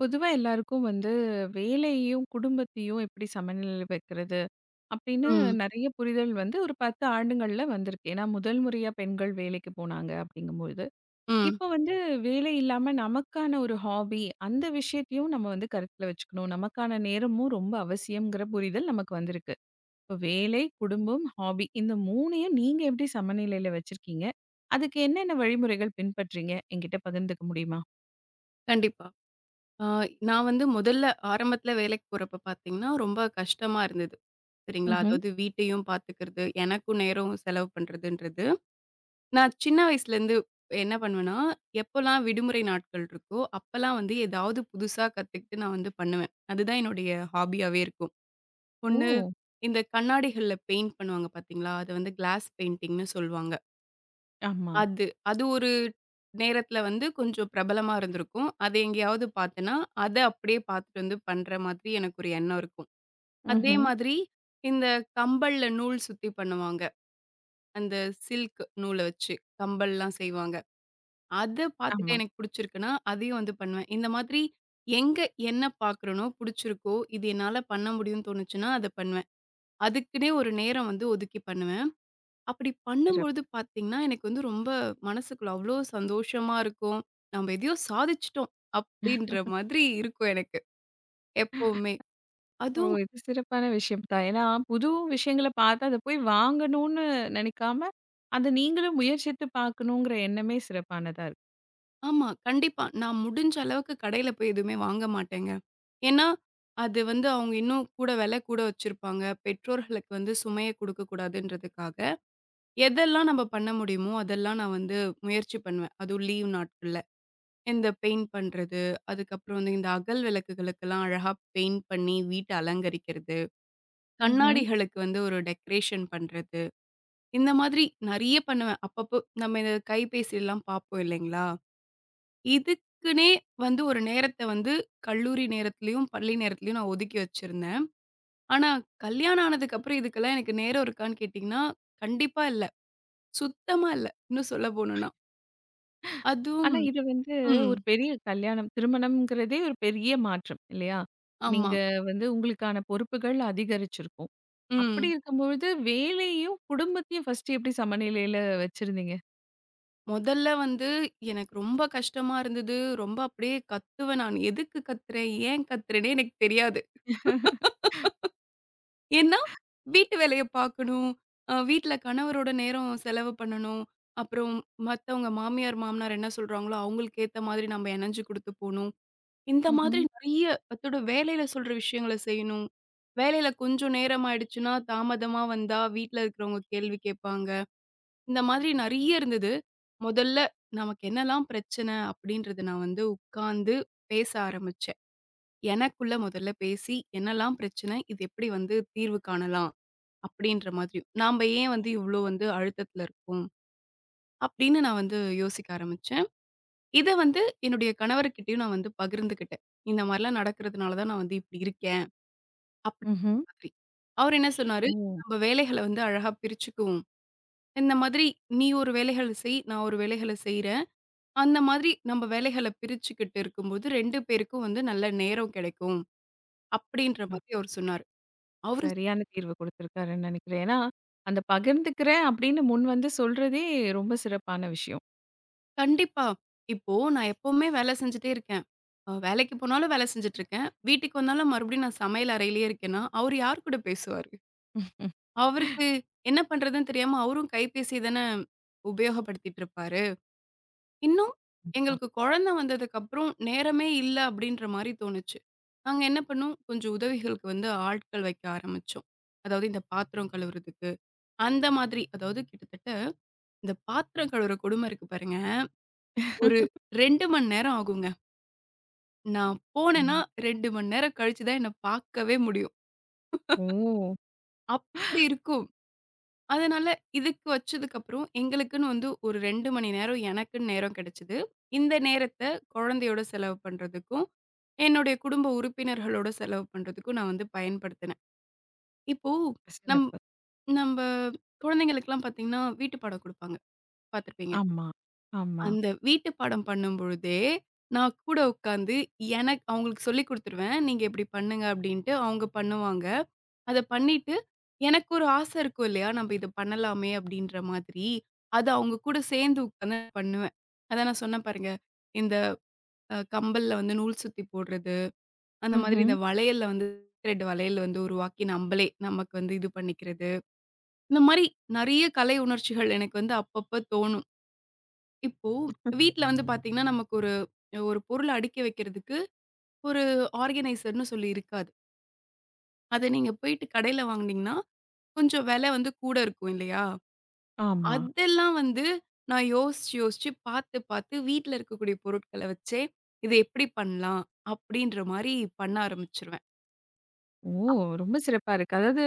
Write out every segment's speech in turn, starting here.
பொதுவா எல்லாருக்கும் வந்து வேலையையும், குடும்பத்தையும் எப்படி சமநிலையில வைக்கிறது? அப்படின்னு ம், நெறைய புரிதல் வந்து ஒரு 10 ஆண்டுங்கள்ல வந்திருக்கு. ஏன்னா முதல் முறையா பெண்கள் வேலைக்கு போனாங்க அப்படிங்கும்பொழுது. ம். இப்போ வந்து வேலை இல்லாம நமக்கான ஒரு ஹாபி அந்த விஷயத்தையும் நம்ம வந்து கருத்துல வச்சுக்கணும். நமக்கான நேரமும் ரொம்ப அவசியம்ங்கிற புரிதல் நமக்கு வந்திருக்கு. இப்போ வேலை, குடும்பம், ஹாபி இந்த 3யும் நீங்க எப்படி சமநிலையில வச்சிருக்கீங்க? அதுக்கு என்னென்ன வழிமுறைகள் பின்பற்றீங்க? என்கிட்ட பகிர்ந்துக்க முடியுமா? கண்டிப்பா. ஆ நான் வந்து ஆரம்பத்துல வேலைக்கு போறப்ப பார்த்தீங்கன்னா, ரொம்ப கஷ்டமா இருந்தது. சரிங்களா? ம்ஹ்ம். அதாவது வீட்டையும் பார்த்துக்கிறது, எனக்கும் நேரம் செலவு பண்றதுன்றது. நான் சின்ன வயசுலேருந்து என்ன பண்ணுவேன்னா, எப்போலாம் விடுமுறை நாட்கள் இருக்கோ, அப்பலாம் வந்து ஏதாவது புதுசா கத்துக்கிட்டு நான் வந்து பண்ணுவேன். அதுதான் என்னுடைய ஹாபியாவே இருக்கும். ஓ! ஒண்ணு இந்த கண்ணாடிகள்ல பெயிண்ட் பண்ணுவாங்க பார்த்தீங்களா? அத வந்து கிளாஸ் பெயிண்டிங்ன்னு சொல்லுவாங்க. அது ஒரு நேரத்துல வந்து கொஞ்சம் பிரபலமா இருந்திருக்கும். அத எங்கேயாவது பார்த்தேன்னா, அத அப்படியே பார்த்துட்டு வந்து பண்ற மாதிரி எனக்கு ஒரு எண்ணம் இருக்கும். அதே ஆமா. மாதிரி இந்த கம்பல்ல நூல் சுத்தி பண்ணுவாங்க. அந்த சில்க் நூல வச்சு கம்பல்லாம் செய்வாங்க. அத பார்த்துட்டு ஆமா. எனக்கு புடிச்சிருக்குன்னா, அதையும் வந்து பண்ணுவேன். இந்த மாதிரி எங்க என்ன பார்க்குறேனோ, புடிச்சிருக்கோ, இது என்னால பண்ண முடியும்னு தோணுச்சுன்னா, அத பண்ணுவேன். அதுக்குன்னே ஒரு நேரம் வந்து ஒதுக்கி பண்ணுவேன். அப்படி பண்ணும்பொழுது சிறப்பு. பார்த்தீங்கன்னா, எனக்கு வந்து ரொம்ப மனசுக்குள்ள அவ்ளோ சந்தோஷமா இருக்கும். "நம்ப எதையோ சாதிச்சுட்டோம்" அப்படின்ற மாதிரி இருக்கும் எனக்கு எப்பவுமே. ஓ! அதுவும் இது சிறப்பான விஷயம் தான். ஏன்னா, புது விஷயங்கள பார்த்து அத போய் வாங்கணும்னு நினைக்காம, அத நீங்களும் முயற்சித்து பார்க்கணுங்கிற எண்ணமே சிறப்பானதா இருக்கு. ஆமா, கண்டிப்பா. நான் முடிஞ்ச அளவுக்கு கடையில போய் எதுவுமே வாங்க மாட்டேங்க. ஏன்னா, அது வந்து அவங்க இன்னும் கூட விலை கூட வச்சிருப்பாங்க. பெற்றோர்களுக்கு வந்து சுமைய குடுக்கக்கூடாதுன்றதுக்காக, எதெல்லாம் நம்ப பண்ண முடியுமோ, அதெல்லாம் நான் வந்து முயற்சி பண்ணுவேன். அதுவும் லீவ் நாட்கள்ல. இந்த பெயிண்ட் பண்றது, அதுக்கப்புறம் வந்து இந்த அகல் விளக்குகளுக்கெல்லாம் அழகா பெயிண்ட் பண்ணி வீட்ட அலங்கரிக்கிறது, ம்ஹ்ம். கண்ணாடிகளுக்கு வந்து ஒரு டெக்கரேஷன் பண்றது, இந்த மாதிரி நெறைய பண்ணுவேன். அப்பப்போ நம்ம இந்த கைபேசிலாம் பார்ப்போம் இல்லைங்களா? இதுக்குன்னே வந்து ஒரு நேரத்த வந்து கல்லூரி நேரத்திலயும், பள்ளி நேரத்திலயும் நான் ஒதுக்கி வச்சிருந்தேன். ஆனா கல்யாணம் ஆனதுக்கு அப்புறம் இதுக்கெல்லாம் எனக்கு நேரம் இருக்கான்னு கேட்டீங்கன்னா, கண்டிப்பா இல்ல. சுத்தமா இல்ல. இன்னும் சொல்ல போணும்னா. அதுவும் ஆனா, இது வந்து ம். ஒரு பெரிய கல்யாணம் திருமணம்ங்கிறதே ஒரு பெரிய மாற்றம் இல்லையா? ஆமா. நீங்க வந்து உங்களுக்கான பொறுப்புகள் அதிகரிச்சிருக்கும். அப்படி ம். இருக்கும்பொழுது வேலையையும், குடும்பத்தையும் ஃபர்ஸ்ட்டு எப்படி சமநிலையில வச்சிருந்தீங்க? முதல்ல வந்து எனக்கு ரொம்ப கஷ்டமா இருந்தது. ரொம்ப அப்படியே கத்துவேன் நான். எதுக்கு கத்துறேன்? ஏன் கத்துறேன்னே எனக்கு தெரியாது. ஏன்னா, வீட்டு வேலைய பார்க்கணும். வீட்ல கணவரோட நேரம் செலவு பண்ணணும். அப்புறம் மத்தவங்க மாமியார், மாமனார் என்ன சொல்றாங்களோ, அவங்களுக்கு ஏத்த மாதிரி நம்ம இணஞ்சு குடுத்து போணும். இந்த ம்ஹ்ம். மாதிரி நெறைய அத்தோட வேலையில சொல்ற விஷயங்கள செய்யணும். வேலையில கொஞ்சம் நேரம் ஆயிடுச்சுன்னா, தாமதமா வந்தா வீட்ல இருக்கிறவங்க கேள்வி கேட்பாங்க. இந்த மாதிரி நெறைய இருந்தது. முதல்ல நமக்கு என்னலாம் பிரச்சனை அப்டின்றத நான் வந்து உட்கார்ந்து பேச ஆரம்பிச்சேன். எனக்குள்ள முதல்ல பேசி, என்னலாம் பிரச்சனை? இது எப்டி வந்து தீர்வு காணலாம்? அப்டின்ற மாதிரி. நாம ஏன் வந்து இவ்ளோ வந்து அழுத்தத்துல இருக்கோம்? அப்டின்னு நான் வந்து யோசிக்க ஆரம்பிச்சேன். இத வந்து என்னுடைய கணவர்கிட்டயும் நான் வந்து பகிர்ந்துக்கிட்டேன். இந்த மாரிலாம் நடக்கிறதுனால தான் நான் வந்து இப்டி இருக்கேன். அப்டி ம்ஹ்ம். மாதிரி. அவரு என்ன சொன்னாரு? ஓ! "நம்ம வேலைகள வந்து அழகா பிரிச்சுக்குவோம். இந்த மாதிரி நீ ஒரு வேலைகள செய், நான் ஒரு வேலைகள செய்றேன்." அந்த மாதிரி நம்ம வேலைகள பிரிச்சுக்கிட்டு இருக்கும்போது 2 பேருக்கும் வந்து நல்ல நேரம் கிடைக்கும். அப்படின்ற மாதிரி அவரு சொன்னாரு. அவரு சரியான தீர்வு குடுத்திருக்காருன்னு நினைக்கிறேன். ஏன்னா, அந்த பகிர்ந்துக்கிறேன் அப்படின்னு முன் வந்து சொல்றதே ரொம்ப சிறப்பான விஷயம். கண்டிப்பா. இப்போ நான் எப்பவுமே வேலை செஞ்சுட்டே இருக்கேன். வேலைக்கு போனாலும் வேலை செஞ்சுட்டு இருக்கேன். வீட்டுக்கு வந்தாலும் மறுபடியும் நான் சமையல் அறையிலேயே இருக்கேன்னா, அவரு யார் கூட பேசுவாரு? ம். அவருக்கு என்ன பண்றதுன்னு தெரியாம அவரும் கைபேசிய தானே உபயோகப்படுத்திட்டு இருப்பாரு. இன்னும் கண்டிப்பா. எங்களுக்கு குழந்தை வந்ததுக்கப்புறம் நேரமே இல்ல அப்படின்ற மாரி தோணுச்சு. நாங்க என்ன பண்ணோம், கொஞ்சம் உதவிகளுக்கு வந்து ஆட்கள் வைக்க ஆரம்பிச்சோம். அதாவது இந்த பாத்திரம் கழுவுறதுக்கு, அந்த மாதிரி. அதாவது கிட்டத்தட்ட இந்த பாத்திரம் கழுவுற கொடும இருக்கு பாருங்க. ஒரு 2 மணி நேரம் ஆகுங்க. நான் போனேன்னா ஆமா. 2 மணி நேரம் கழிச்சு தான் என்ன பார்க்கவே முடியும். ஓ! அப்படி இருக்கும். அதனால இதுக்கு வச்சதுக்கப்புறம் எங்களுக்குன்னு வந்து ஒரு 2 மணி நேரம் எனக்குன்னு நேரம் கிடைச்சது. இந்த நேரத்த குழந்தையோட செலவு பண்றதுக்கும், என்னுடைய குடும்ப உறுப்பினர்களோட செலவு பண்றதுக்கும் நான் வந்து பயன்படுத்தினேன். இப்போ நம் சிறப்பு. நம்ப குழந்தைங்களுக்கெல்லாம் பார்த்தீங்கன்னா, வீட்டு பாடம் குடுப்பாங்க. பார்த்துருப்பீங்க. ஆமா, ஆமா. அந்த வீட்டு பாடம் பண்ணும்பொழுதே, நான் கூட உட்காந்து அவங்களுக்கு சொல்லிக் குடுத்துருவேன். நீங்க இப்படி பண்ணுங்க அப்படின்ட்டு அவங்க பண்ணுவாங்க. அத பண்ணிட்டு, எனக்கு ஒரு ஆசை இருக்கும் இல்லையா? நம்ப இத பண்ணலாமே அப்படின்ற மாதிரி. அத அவங்க கூட சேர்ந்து உட்காந்து பண்ணுவேன். அதான் நான் சொன்னேன் பாருங்க. இந்த கம்பல்ல வந்து நூல் சுத்தி போடுறது, அந்த மாதிரி ம்ஹ்ம். இந்த வளையல்ல வந்து த்ரெட் வளையல் வந்து உருவாக்கி நம்பளே நமக்கு வந்து இது பண்ணிக்கிறது. இந்த மாரி நெறைய கலை உணர்ச்சிகள் எனக்கு வந்து அப்பப்ப தோணும். இப்போ வீட்ல வந்து பாத்தீங்கன்னா, நமக்கு ஒரு ஒரு பொருள அடுக்கி வைக்கிறதுக்கு ஒரு ஆர்கனைசர்ன்னு சொல்லி இருக்காது. அத நீங்க போயிட்டு கடையில வாங்குனீங்கன்னா, கொஞ்சம் விலை வந்து கூட இருக்கும் இல்லையா? ஆமா. அதெல்லாம் வந்து நான் யோசிச்சு பாத்து வீட்ல இருக்கக்கூடிய பொருட்கள வச்சே, "இது எப்படி பண்ணலாம்?" அப்படின்ற மாரி பண்ண ஆரம்பிச்சுருவேன். ஓ! ரொம்ப சிறப்பா இருக்கு. அதாவது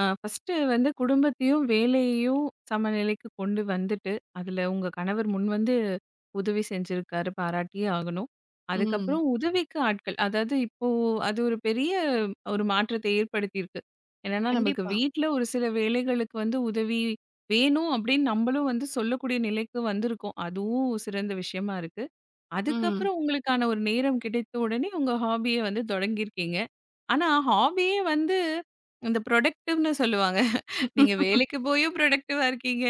ஃபர்ஸ்ட்டு வந்து குடும்பத்தையும், வேலையையும் சமநிலைக்கு கொண்டு வந்துட்டு, அதில உங்க கணவர் முன் வந்து உதவி செஞ்சிருக்காரு. பாராட்டியே ஆகணும். ம். அதுக்கப்புறம் உதவிக்கு ஆட்கள். அதாவது இப்போ அது ஒரு பெரிய ஒரு மாற்றத்தை ஏற்படுத்தியிருக்கு. என்னன்னா, நமக்கு கண்டிப்பா. வீட்ல ஒரு சில வேலைகளுக்கு வந்து உதவி வேணும் அப்படின்னு நம்பளும் வந்து சொல்லக்கூடிய நிலைக்கு வந்திருக்கோம். அதுவும் சிறந்த விஷயமா இருக்கு. ம். அதுக்கப்புறம் உங்களுக்கான ஒரு நேரம் கிடைத்த உடனே உங்க ஹாபிய வந்து தொடங்கியிருக்கீங்க. ஆனா ஹாபியே வந்து இந்த ப்ரொடக்டிவ்ன்னு சொல்லுவாங்க. நீங்க வேலைக்கு போயும் புரொடக்டிவா இருக்கீங்க.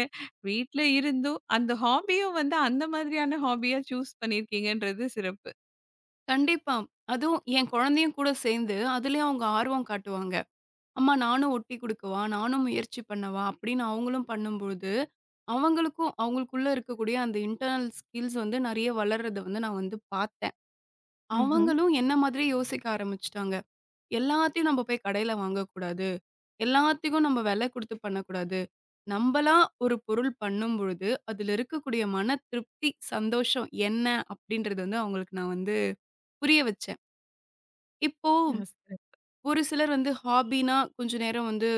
வீட்ல இருந்தும் அந்த ஹாபியும் வந்து அந்த மாதிரியான ஹாபியா சூஸ் பண்ணியிருக்கீங்கன்றது சிறப்பு. கண்டிப்பா. அதுவும் என் குழந்தையும் கூட சேர்ந்து, அதுலயும் அவங்க ஆர்வம் காட்டுவாங்க. அம்மா நானும் ஒட்டி குடுக்கவா? நானும் முயற்சி பண்ணவா? அப்படின்னு அவங்களும் பண்ணும்பொழுது, அவங்களுக்கும் அவங்களுக்குள்ள இருக்கக்கூடிய அந்த இன்டர்னல் ஸ்கில்ஸ் வந்து நெறைய வளர்றத வந்து நான் வந்து பார்த்தேன். ம்ஹ்ம். அவங்களும் என்ன மாதிரி யோசிக்க ஆரம்பிச்சுட்டாங்க. எல்லாத்தையும் நம்ம போய் கடையில வாங்கக்கூடாது. எல்லாத்துக்கும் நம்ம விலை குடுத்து பண்ணக்கூடாது. நம்பளா ஒரு பொருள் பண்ணும்பொழுது, அதுல இருக்கக்கூடிய மன திருப்தி, சந்தோஷம் என்ன அப்படின்றத வந்து அவங்களுக்கு நான் வந்து புரிய வச்சேன். இப்போ ஆ, சிறப்பு. ஒரு சிலர் வந்து ஹாபின்னா, கொஞ்ச நேரம் வந்து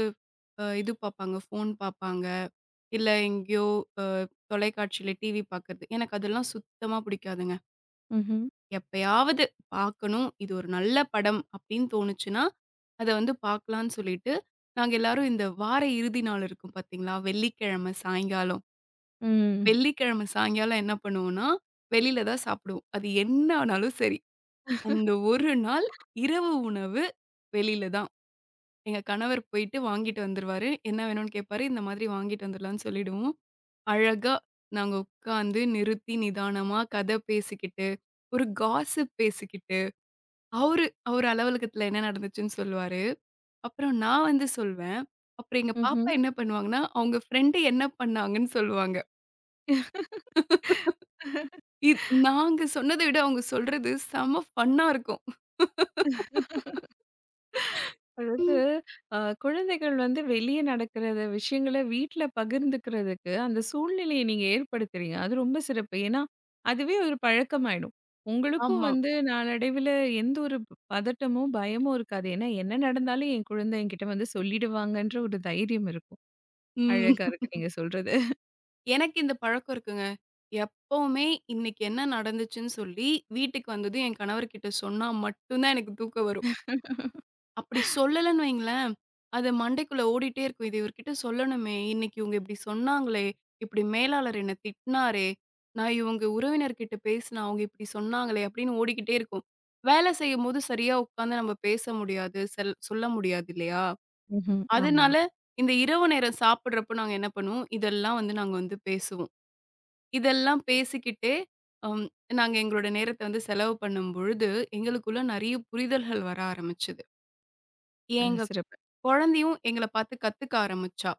இது பாப்பாங்க, ஃபோன் பாப்பாங்க. இல்ல எங்கேயோ அ தொலைக்காட்சியில டிவி பாக்குறது. எனக்கு அதெல்லாம் சுத்தமா பிடிக்காதுங்க. ம்ஹ்ம். எப்பயாவது பாக்கணும், இது ஒரு நல்ல படம் அப்படின்னு தோணுச்சுன்னா, அத வந்து பாக்கலான்னு சொல்லிட்டு, நாங்க எல்லாரும் இந்த வார இறுதி நாள் இருக்கும் பாத்தீங்களா? வெள்ளிக்கிழமை சாயங்காலம். ம். வெள்ளிக்கிழமை சாயங்காலம் என்ன பண்ணுவோம்னா, வெளியில தான் சாப்பிடுவோம். அது என்ன ஆனாலும் சரி. அந்த ஒரு நாள் இரவு உணவு வெளியில தான். எங்க கணவர் போயிட்டு வாங்கிட்டு வந்துருவாரு. என்ன வேணும்னு கேட்பாரு. இந்த மாதிரி வாங்கிட்டு வந்துடலான்னு சொல்லிடுவோம். அழகா நாங்க உட்காந்து நிறுத்தி நிதானமா கதை பேசிக்கிட்டு, ஒரு காசிப் பேசிக்கிட்டு, அவரு அவரு அலுவலகத்துல என்ன நடந்துச்சுன்னு சொல்லுவாரு. அப்புறம் நான் வந்து சொல்வேன். அப்புறம் எங்க பாப்பா ம்ஹ்ம். என்ன பண்ணுவாங்கன்னா, அவங்க ஃப்ரெண்ட் என்ன பண்ணாங்கன்னு சொல்லுவாங்க. இத் நாங்க சொன்னத விட அவங்க சொல்றது செம ஃபன்னா இருக்கும். அதாவது ம், அ குழந்தைகள் வந்து வெளிய நடக்கிறத விஷயங்கள வீட்ல பகிர்ந்துக்கிறதுக்கு, அந்த சூழ்நிலைய நீங்க ஏற்படுத்துறீங்க. அது ரொம்ப சிறப்பு. ஏன்னா, அதுவே ஒரு பழக்கமாயிடும். உங்களுக்கும் ஆமா. வந்து நாளடைவில எந்த ஒரு பதட்டமும், பயமும் இருக்காது. ஏன்னா, என்ன நடந்தாலும் என் குழந்தை என்கிட்ட வந்து சொல்லிடுவாங்கன்ற ஒரு தைரியம் இருக்கும். ம். அழகா இருக்கு நீங்க சொல்றது. எனக்கு இந்த பழக்கம் இருக்குங்க. எப்பவுமே இன்னைக்கு என்ன நடந்துச்சுன்னு சொல்லி, வீட்டுக்கு வந்ததும் என் கணவர்கிட்ட சொன்னா மட்டும் தான் எனக்கு தூக்கம் வரும். அப்படி சொல்லலன்னு வைங்களேன், அது மண்டைக்குள்ள ஓடிட்டே இருக்கும். "இது இவர்கிட்ட சொல்லணுமே, இன்னைக்கு இவங்க இப்படி சொன்னாங்களே, இப்படி மேலாளர் என்ன திட்டினாரே, நான் இவங்க உறவினர்கிட்ட பேசினேன், அவங்க இப்படி சொன்னாங்களே" அப்படின்னு ஓடிக்கிட்டே இருக்கும். வேலை செய்யும்போது சரியா உட்காந்து நம்ம பேச முடியாது, செல் சொல்ல முடியாது இல்லையா? ம்ஹ்ம். ஆமா. அதனால இந்த இரவு நேரம் சாப்பிடுறப்போ நாங்க என்ன பண்ணுவோம், இதெல்லாம் வந்து நாங்க வந்து பேசுவோம். இதெல்லாம் பேசிக்கிட்டே, அம் நாங்க எங்களோட நேரத்த வந்து செலவு பண்ணும்பொழுது, எங்களுக்குள்ள நெறைய புரிதல்கள் வர ஆரம்பிச்சது. எங்க சிறப்பு. குழந்தையும் எங்கள பார்த்து கத்துக்க ஆரம்பிச்சா.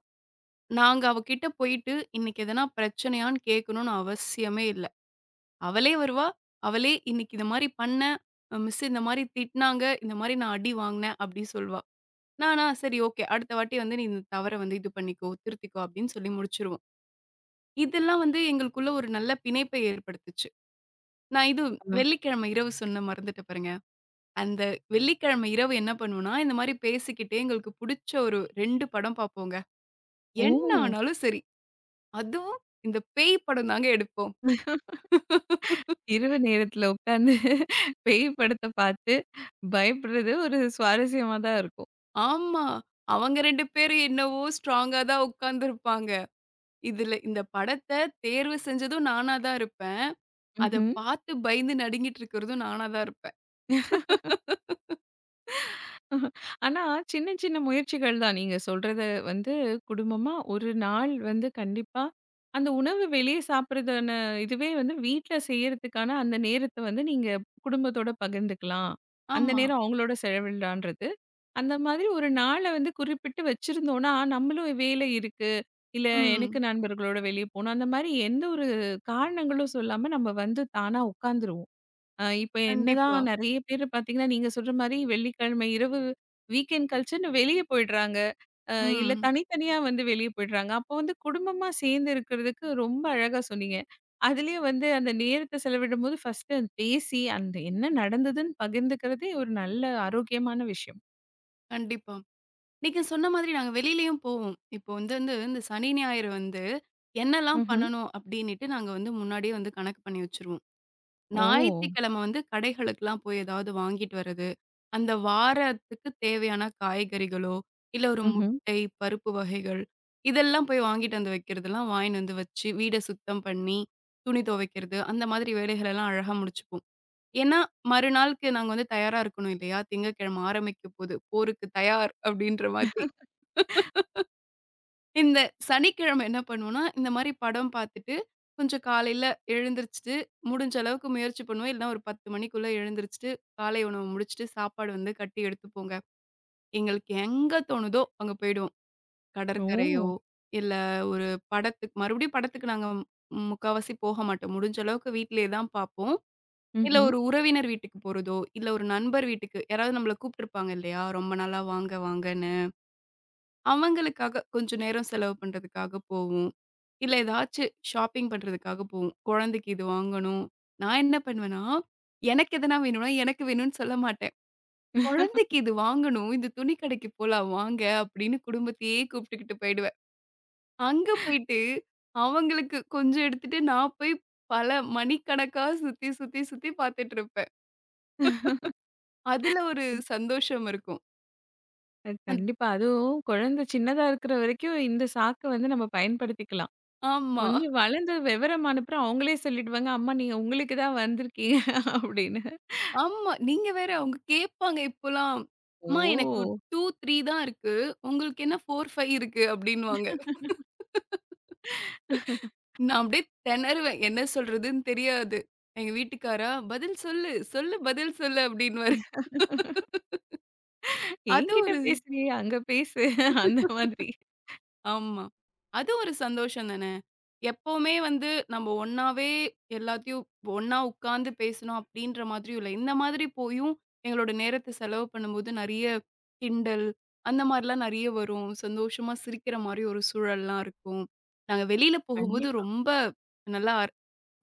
நாங்க அவ கிட்ட போயிட்டு, "இன்னைக்கு எதனா பிரச்சனையான்னு?" கேட்கணும்னு அவசியமே இல்ல. அவளே வருவா, அவளே "இன்னைக்கு இந்த மாரி பண்ணேன், மிஸ் இந்த மாரி திட்டினாங்க, இந்த மாரி நான் அடி வாங்கினேன்" அப்படி சொல்வா. நானா, "சரி ஓகே, அடுத்த வாட்டி வந்து நீ இந்த தவற வந்து இது பண்ணிக்கோ, திருத்திக்கோ" அப்படின்னு சொல்லி முடிச்சுருவோம். இதெல்லாம் வந்து எங்களுக்குள்ள ஒரு நல்ல பிணைப்பை ஏற்படுத்துச்சு. நான் இது ஆமா. வெள்ளிக்கிழமை இரவு சொன்ன மறந்துட்டேன் பாருங்க. அந்த வெள்ளிக்கிழமை இரவு என்ன பண்ணுவோம்னா, இந்த மாரி பேசிக்கிட்டே எங்களுக்கு புடிச்ச ஒரு 2 படம் பாப்போங்க. என்ன ஓ! ஆனாலும் சரி. அதுவும் இந்த பேய் படம் தாங்க எடுப்போம். இரவு நேரத்துல உட்காந்து பேய் படத்த பார்த்து பயப்படுறது ஒரு சுவாரஸ்யமா தான் இருக்கும். ஆமா. அவங்க 2 பேரும் என்னவோ ஸ்ட்ராங்கா தான் உட்கார்ந்துருப்பாங்க. இதுல இந்த படத்த தேர்வு செஞ்சதும் நானா தான் இருப்பேன். அத ம்ஹ்ம். பாத்து பயந்து நடுங்கிட்டு இருக்கிறதும் நானா தான் இருப்பேன். ஆனா, சின்ன சின்ன முயற்சிகள் தான். நீங்க சொல்றது வந்து குடும்பமா ஒரு நாள் வந்து கண்டிப்பா அந்த உணவு வெளிய சாப்பிடுறதான இதுவே வந்து வீட்ல செய்யறதுக்கான அந்த நேரத்த வந்து நீங்க குடும்பத்தோட பகிர்ந்துக்கலாம். அந்த ஆமா. நேரம் அவங்களோட செலவிடலான்றது. அந்த மாதிரி ஒரு நாள வந்து குறிப்பிட்டு வச்சிருந்தோம்னா, நம்மளும் வேலை இருக்கு, இல்ல எனக்கு ம். நண்பர்களோட வெளிய போணும். அந்த மாரி எந்த ஒரு காரணங்களும் சொல்லாம நம்ம வந்து தானா உட்காந்துருவோம். இப்ப கண்டிப்பா. என்னதான் நெறைய பேரு பார்த்தீங்கன்னா, நீங்க சொல்ற மாரி வெள்ளிக்கிழமை இரவு வீக்கெண்ட் கழிச்சுன்னு வெளிய போயிடுறாங்க. அ இல்ல ம். தனித்தனியா வந்து வெளிய போயிடுறாங்க. அப்போ வந்து குடும்பமா சேர்ந்து இருக்கிறதுக்கு ரொம்ப அழகா சொன்னீங்க. அதுலயும் வந்து அந்த நேரத்த செலவிடும்போது ஃபர்ஸ்ட்டு பேசி அந்த என்ன நடந்ததுன்னு பகிர்ந்துக்கிறதே ஒரு நல்ல ஆரோக்கியமான விஷயம். கண்டிப்பா. நீங்க சொன்ன மாதிரி நாங்க வெளியிலயும் போவோம். இப்போ வந்து வந்து இந்த சனி, ஞாயிறு வந்து என்னலாம் ம்ஹ்ம். பண்ணணும் அப்டின்னுட்டு நாங்க வந்து முன்னாடியே வந்து கணக்கு பண்ணி வச்சுருவோம். ஓ! ஞாயிற்றுக்கிழமை வந்து கடைகளுக்குலாம் போய் ஏதாவது வாங்கிட்டு வர்றது, அந்த வாரத்துக்கு தேவையான காய்கறிகளோ, இல்ல ஒரு ம்ஹ்ம். முட்டை, பருப்பு வகைகள் இதெல்லாம் போய் வாங்கிட்டு வந்து வைக்கிறதெல்லாம் வாங்கின்னு வந்து வச்சு, வீட சுத்தம் பண்ணி, துணி துவைக்கிறது அந்த மாதிரி வேலைகள் எல்லாம் அழகா முடிச்சுப்போம். ஏன்னா, மறுநாளுக்கு நாங்க வந்து தயாரா இருக்கணும் இல்லையா? திங்கட்கிழமை ஆரம்பிக்க போது, போருக்கு தயார் அப்டின்ற மாதிரி. இந்த சனிக்கிழமை என்ன பண்ணுவோம்னா, இந்த மாரி படம் பார்த்துட்டு, கொஞ்சம் காலையில எழுந்திரிச்சுட்டு, முடிஞ்ச அளவுக்கு முயற்சி பண்ணுவோம். இல்லனா ஒரு 10 மணிக்குள்ள எழுந்திரிச்சுட்டு, காலை உணவு முடிச்சுட்டு, சாப்பாடு வந்து கட்டி எடுத்துப்போங்க. எங்களுக்கு எங்க தோணுதோ அங்க போயிடுவோம். கடற்கரையோ, ஓ! இல்ல ஒரு படத்துக்கு நாங்க முக்காவாசி போக மாட்டோம். முடிஞ்ச அளவுக்கு வீட்டிலேயே தான் பார்ப்போம். இல்ல ம்ஹ்ம். ஒரு உறவினர் வீட்டுக்கு போறதோ, இல்ல ஒரு நண்பர் வீட்டுக்கு யாராவது நம்மள கூப்பிட்டுருப்பாங்க இல்லையா? ரொம்ப நாளா வாங்க வாங்கன்னு. அவங்களுக்காக கொஞ்சம் நேரம் செலவு பண்றதுக்காக போவோம். இல்ல ஏதாச்சு ஷாப்பிங் பண்றதுக்காக போவோம். குழந்தைக்கு இது வாங்கணும். நான் என்ன பண்ணுவேன்னா, எனக்கு எதனா வேணும்னா, எனக்கு வேணும்னு சொல்ல மாட்டேன். "குழந்தைக்கு இது வாங்கணும். இந்த துணி கடைக்கு போலாம் வாங்க" அப்படின்னு குடும்பத்தையே கூப்பிட்டுக்கிட்டு போயிடுவேன். அங்க போயிட்டு அவங்களுக்கு கொஞ்சம் எடுத்துட்டு நான் போய் பல மணிக்கணக்கா சுத்தி, சுத்தி பார்த்துட்டு இருப்பேன். அதுல ஒரு இ சந்தோஷம் இருக்கும். அ அந் கண்டிப்பா. அதுவும் குழந்தை சின்னதா இருக்கிற வரைக்கும் இந்த சாக்கு வந்து நம்ம பயன்படுத்திக்கலாம். ஆமா. கொஞ்சம் வளர்ந்து விவரம் அனுப்புறோம் அவங்களே சொல்லிடுவாங்க, "அம்மா நீங்க உங்களுக்கு தான் வந்திருக்கீங்க" அப்படின்னு. ஆமா. நீங்க வேற அவங்க கேட்பாங்க இப்போலாம். அம்மா எனக்கு 2, ஓ! 3 தான் இருக்கு. உங்களுக்கு என்ன 4, 5 இருக்கு அப்டின்னுவாங்க. நான் அப்டியே திணறுவேன். என்ன சொல்றதுன்னு தெரியாது. எங்க வீட்டுக்காரா, "பதில் சொல்லு, சொல்லு பதில் சொல்லு" அப்டின்னுவாரு. அது "என்கிட்ட ஒரு பேசுறியே, அங்க பேசு" அந்த மாதிரி. ஆமா. அது ஒரு சந்தோஷம் தானே! எப்பவுமே வந்து நம்ம ஒண்ணாவே எல்லாத்தையும் ஒண்ணா உட்கார்ந்து பேசணும் அப்டின்ற மாதிரியும் இல்ல. இந்த மாதிரி போயும் எங்களோட நேரத்த செலவு பண்ணும்போது நெறைய கிண்டல் அந்த மாரிலாம் நெறைய வரும். சந்தோஷமா சிரிக்கிற மாரி ஒரு சூழல்லாம் இருக்கும். நாங்க வெளியில போகும்போது கண்டிப்பா. ரொம்ப நல்லா அர்-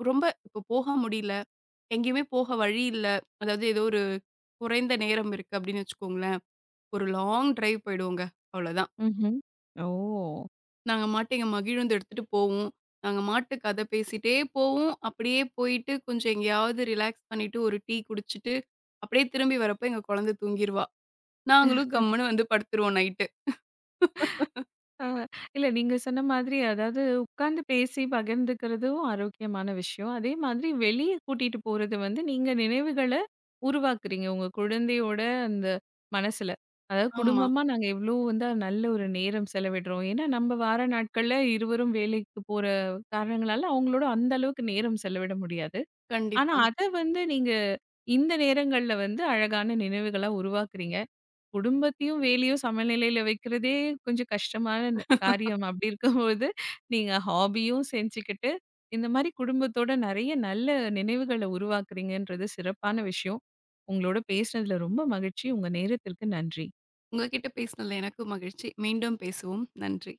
ரொம்ப இப்போ போக முடியல. எங்கேயுமே போக வழி இல்ல. அதாவது ஏதோ ஒரு குறைந்த நேரம் இருக்கு அப்டின்னு வச்சுக்கோங்களேன். ஒரு லாங் டிரைவ் போயிடுவோங்க. அவ்வளோதான். ம்ஹ்ம். ஓ! நாங்க மாட்டு எங்க மகிழுந்து எடுத்துட்டு போவோம். நாங்க மாட்டு கத பேசிட்டே போவோம். அப்படியே போயிட்டு கொஞ்சம் எங்கேயாவது ரிலாக்ஸ் பண்ணிட்டு ஒரு டீ குடிச்சிட்டு, அப்படியே திரும்பி வரப்ப எங்க குழந்தை தூங்கிருவா. நாங்களும் கம்முனு வந்து படுத்துருவோம் நைட்டு. ஆ, இல்ல நீங்க சொன்ன மாதிரி அதாவது உட்கார்ந்து பேசி பகிர்ந்துக்கிறதும் ஆரோக்கியமான விஷயம். அதே மாதிரி வெளிய கூட்டிட்டு போறது வந்து நீங்க நினைவுகள உருவாக்குறீங்க. உங்க குழந்தையோட அந்த மனசுல. அதாவது ஆமா. குடும்பமா நாங்க எவ்ளோ வந்து நல்ல ஒரு நேரம் செலவிடுறோம். ஏன்னா நம்ம வார நாட்கள்ல இருவரும் வேலைக்கு போற காரணங்களால அவங்களோட அந்த அளவுக்கு நேரம் செலவிட முடியாது. ஆனா கண்டிப்பா. அத வந்து நீங்க இந்த நேரங்கள்ல வந்து அழகான நினைவுகளா உருவாக்குறீங்க. குடும்பத்தையும், வேலையும் சமநிலையில வைக்கிறதே கொஞ்சம் கஷ்டமான காரியம். அப்படி இருக்கும்போது, நீங்க ஹாபியும் செஞ்சுக்கிட்டு, இந்த மாரி குடும்பத்தோட நெறைய நல்ல நினைவுகள உருவாக்குறீங்கன்றது சிறப்பான விஷயம். உங்களோட பேசினதுல ரொம்ப மகிழ்ச்சி. உங்க நேரத்திற்கு நன்றி. உங்க கிட்ட பேசினதுல எனக்கும் மகிழ்ச்சி. மீண்டும் பேசுவோம். நன்றி.